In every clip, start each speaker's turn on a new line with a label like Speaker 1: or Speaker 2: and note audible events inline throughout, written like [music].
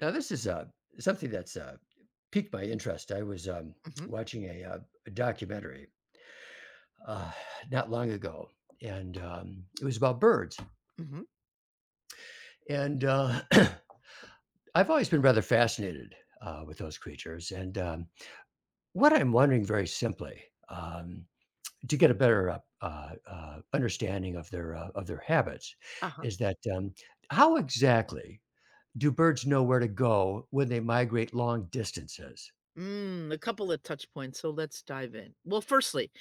Speaker 1: Now this is something that's piqued my interest. I was
Speaker 2: Mhm,
Speaker 1: watching a documentary uh, not long ago, and it was about birds.
Speaker 2: mhm,
Speaker 1: And [clears throat] I've always been rather fascinated with those creatures. And what I'm wondering very simply, to get a better understanding of their of their habits
Speaker 2: uh-huh.
Speaker 1: is that, how exactly do birds know where to go when they migrate long distances?
Speaker 2: Mm, a couple of touch points, so let's dive in. Well, firstly,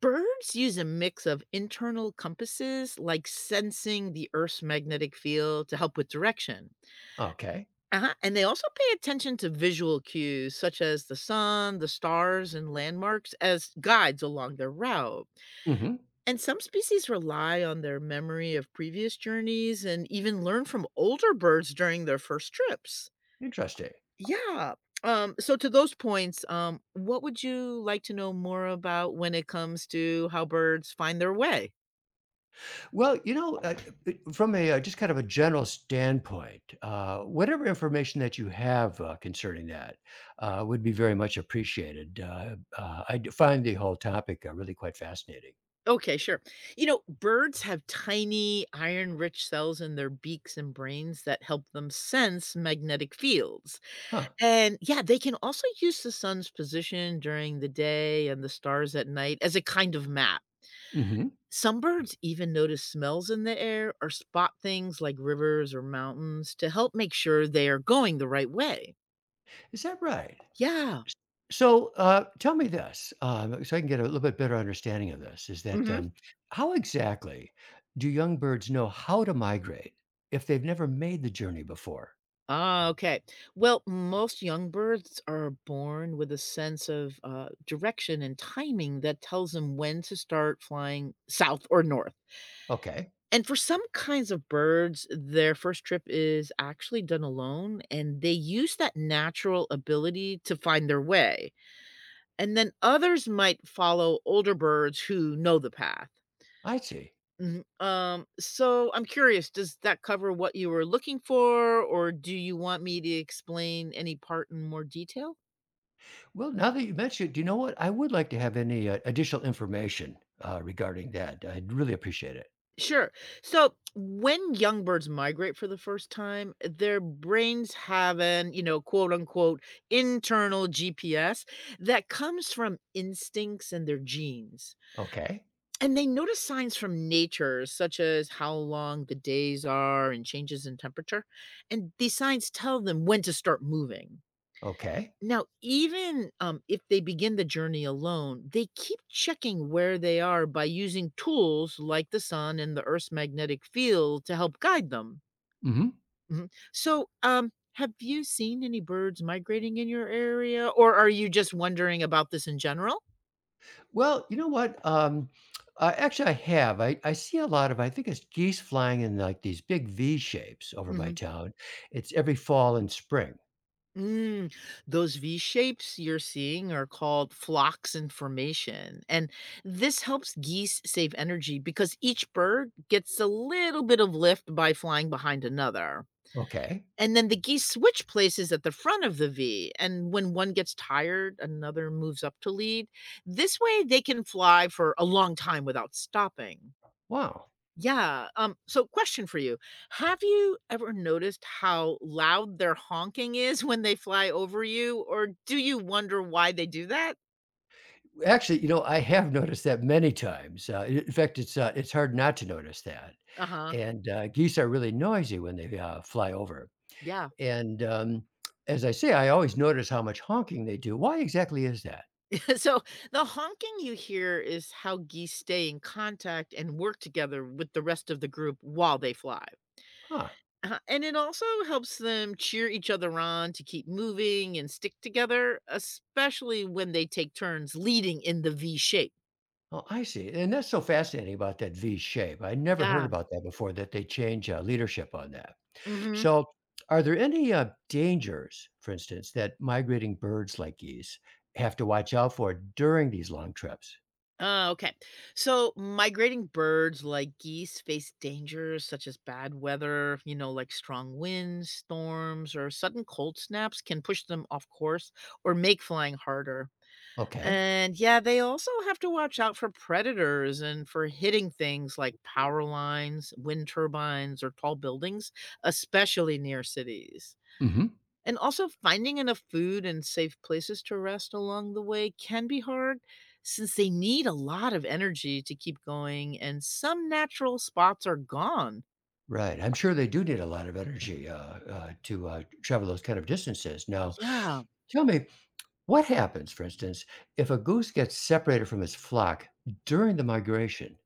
Speaker 2: birds use a mix of internal compasses, like sensing the Earth's magnetic field to help with direction.
Speaker 1: Okay.
Speaker 2: Uh-huh. And they also pay attention to visual cues such as the sun, the stars, and landmarks as guides along their route.
Speaker 1: Hmm.
Speaker 2: And some species rely on their memory of previous journeys and even learn from older birds during their first trips.
Speaker 1: Interesting.
Speaker 2: Yeah. So to those points, what would you like to know more about when it comes to how birds find their way?
Speaker 1: Well, you know, from a, just kind of a general standpoint, whatever information that you have concerning that would be very much appreciated. I find the whole topic really quite fascinating.
Speaker 2: Okay, sure. You know, birds have tiny iron rich cells in their beaks and brains that help them sense magnetic fields.
Speaker 1: Huh.
Speaker 2: And yeah, they can also use the sun's position during the day and the stars at night as a kind of map.
Speaker 1: Hmm.
Speaker 2: Some birds even notice smells in the air or spot things like rivers or mountains to help make sure they are going the right way.
Speaker 1: Is that right?
Speaker 2: Yeah.
Speaker 1: So tell me this, so I can get a little bit better understanding of this, is that,
Speaker 2: Mhm.
Speaker 1: how exactly do young birds know how to migrate if they've never made the journey before?
Speaker 2: Ah, okay. Well, most young birds are born with a sense of, direction and timing that tells them when to start flying south or north.
Speaker 1: Okay,
Speaker 2: And for some kinds of birds, their first trip is actually done alone, and they use that natural ability to find their way. And then others might follow older birds who know the path.
Speaker 1: I see.
Speaker 2: Mhm, so I'm curious, does that cover what you were looking for, or do you want me to explain any part in more detail?
Speaker 1: Well, now that you mentioned, do you know what? I would like to have any additional information regarding that. I'd really appreciate it.
Speaker 2: Sure. So when young birds migrate for the first time, their brains have an, you know, quote unquote, internal GPS that comes from instincts and their genes.
Speaker 1: Okay.
Speaker 2: And they notice signs from nature, such as how long the days are and changes in temperature. And these signs tell them when to start moving.
Speaker 1: Okay.
Speaker 2: Now, even, if they begin the journey alone, they keep checking where they are by using tools like the sun and the Earth's magnetic field to help guide them.
Speaker 1: Hmm.
Speaker 2: Mhm. So, have you seen any birds migrating in your area, or are you just wondering about this in general?
Speaker 1: Well, you know what? Actually, I have. I see a lot of, I think it's geese flying in like these big V shapes over my
Speaker 2: Mhm.
Speaker 1: town. It's every fall and spring.
Speaker 2: Mm, those V shapes you're seeing are called flocks in formation. And this helps geese save energy because each bird gets a little bit of lift by flying behind another.
Speaker 1: Okay.
Speaker 2: And then the geese switch places at the front of the V, and when one gets tired, another moves up to lead. This way, they can fly for a long time without stopping.
Speaker 1: Wow.
Speaker 2: Yeah. So, question for you. Have you ever noticed how loud their honking is [laughs] when they fly over you, or do you wonder why they do that?
Speaker 1: Actually, you know, I have [laughs] noticed that many times. In fact, it's hard not to notice that.
Speaker 2: Uh huh.
Speaker 1: And geese are really noisy when they fly over.
Speaker 2: Yeah.
Speaker 1: And, as I say, I always notice how much honking they do. Why exactly is that?
Speaker 2: [laughs] So, the honking you hear is how geese stay in contact and work together with the rest of the group while they fly.
Speaker 1: Huh.
Speaker 2: And it also helps them cheer each other on to keep moving and stick together, especially when they take turns leading in the V shape.
Speaker 1: Oh, I see. And that's so fascinating about that V shape. I never heard
Speaker 2: Yeah.
Speaker 1: about that before, that they change leadership on that.
Speaker 2: Mhm.
Speaker 1: So, are there any dangers, for instance, that migrating birds like geese have to watch out for during these long trips?
Speaker 2: Oh, okay. So migrating birds like geese face dangers such as bad weather, you know, like strong winds, storms, or sudden cold snaps can push them off course or make flying harder.
Speaker 1: Okay.
Speaker 2: And yeah, they also have to watch out for predators and for hitting things like power lines, wind turbines, or tall buildings, especially near cities.
Speaker 1: Hmm.
Speaker 2: And also, finding enough food and safe places to rest along the way can be hard since they need a lot of energy to keep going, and some natural spots are gone.
Speaker 1: Right. I'm sure they do need a lot of energy, to travel those kind of distances. Now,
Speaker 2: Yeah.
Speaker 1: tell me, what happens, for instance, if a goose gets separated from its flock during the migration?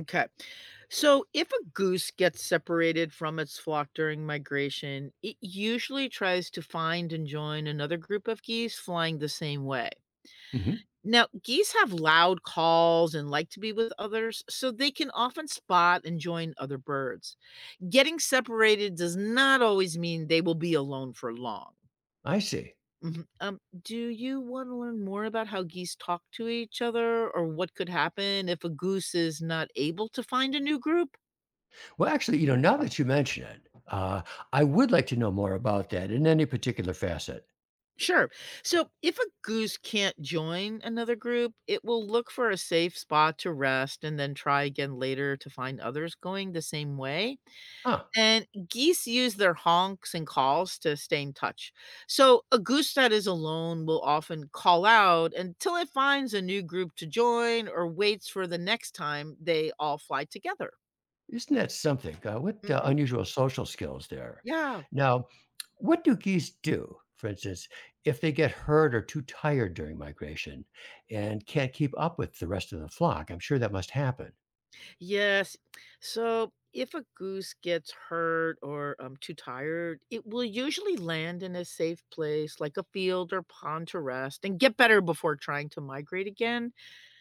Speaker 2: Okay. So if a goose gets separated from its flock during migration, it usually tries to find and join another group of geese flying the same way.
Speaker 1: Hmm.
Speaker 2: Now, geese have loud calls and like to be with others, so they can often spot and join other birds. Getting separated does not always mean they will be alone for long.
Speaker 1: I see.
Speaker 2: Mhm. Do you want to learn more about how geese talk to each other or what could happen if a goose is not able to find a new group?
Speaker 1: Well, actually, you know, now that you mention it, I would like to know more about that in any particular facet.
Speaker 2: Sure. So if a goose can't join another group, it will look for a safe spot to rest and then try again later to find others going the same way.
Speaker 1: Huh?
Speaker 2: And geese use their honks and calls to stay in touch. So a goose that is alone will often call out until it finds a new group to join or waits for the next time they all fly together.
Speaker 1: Isn't that something? What
Speaker 2: Hmm.
Speaker 1: unusual social skills there?
Speaker 2: Yeah.
Speaker 1: Now, what do geese do, for instance, if they get hurt or too tired during migration and can't keep up with the rest of the flock? I'm sure that must happen.
Speaker 2: Yes. So if a goose gets hurt or too tired, it will usually land in a safe place like a field or pond to rest and get better before trying to migrate again.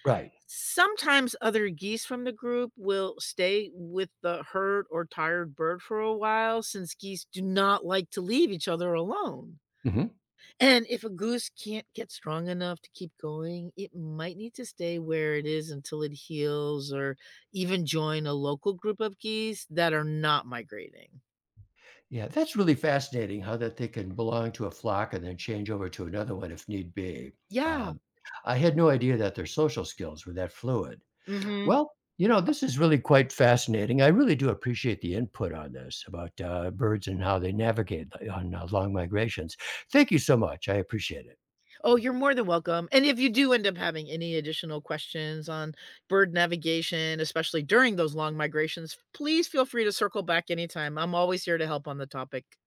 Speaker 1: Right.
Speaker 2: Sometimes other geese from the group will stay with the hurt or tired bird for a while since geese do not like to leave each other alone. And if a goose can't get strong enough to keep going, it might need to stay where it is until it heals or even join a local group of geese that are not migrating.
Speaker 1: Yeah, that's really fascinating how that they can belong to a flock and then change over to another one if need be.
Speaker 2: Yeah.
Speaker 1: Uh, I had no idea that their social skills were that fluid.
Speaker 2: Hmm.
Speaker 1: Well, you know, this is really quite fascinating. I really do appreciate the input on this about birds and how they navigate on long migrations. Thank you so much. I appreciate it.
Speaker 2: Oh, you're more than welcome. And if you do end up having any additional questions on bird navigation, especially during those long migrations, please feel free to circle back anytime. I'm always here to help on the topic.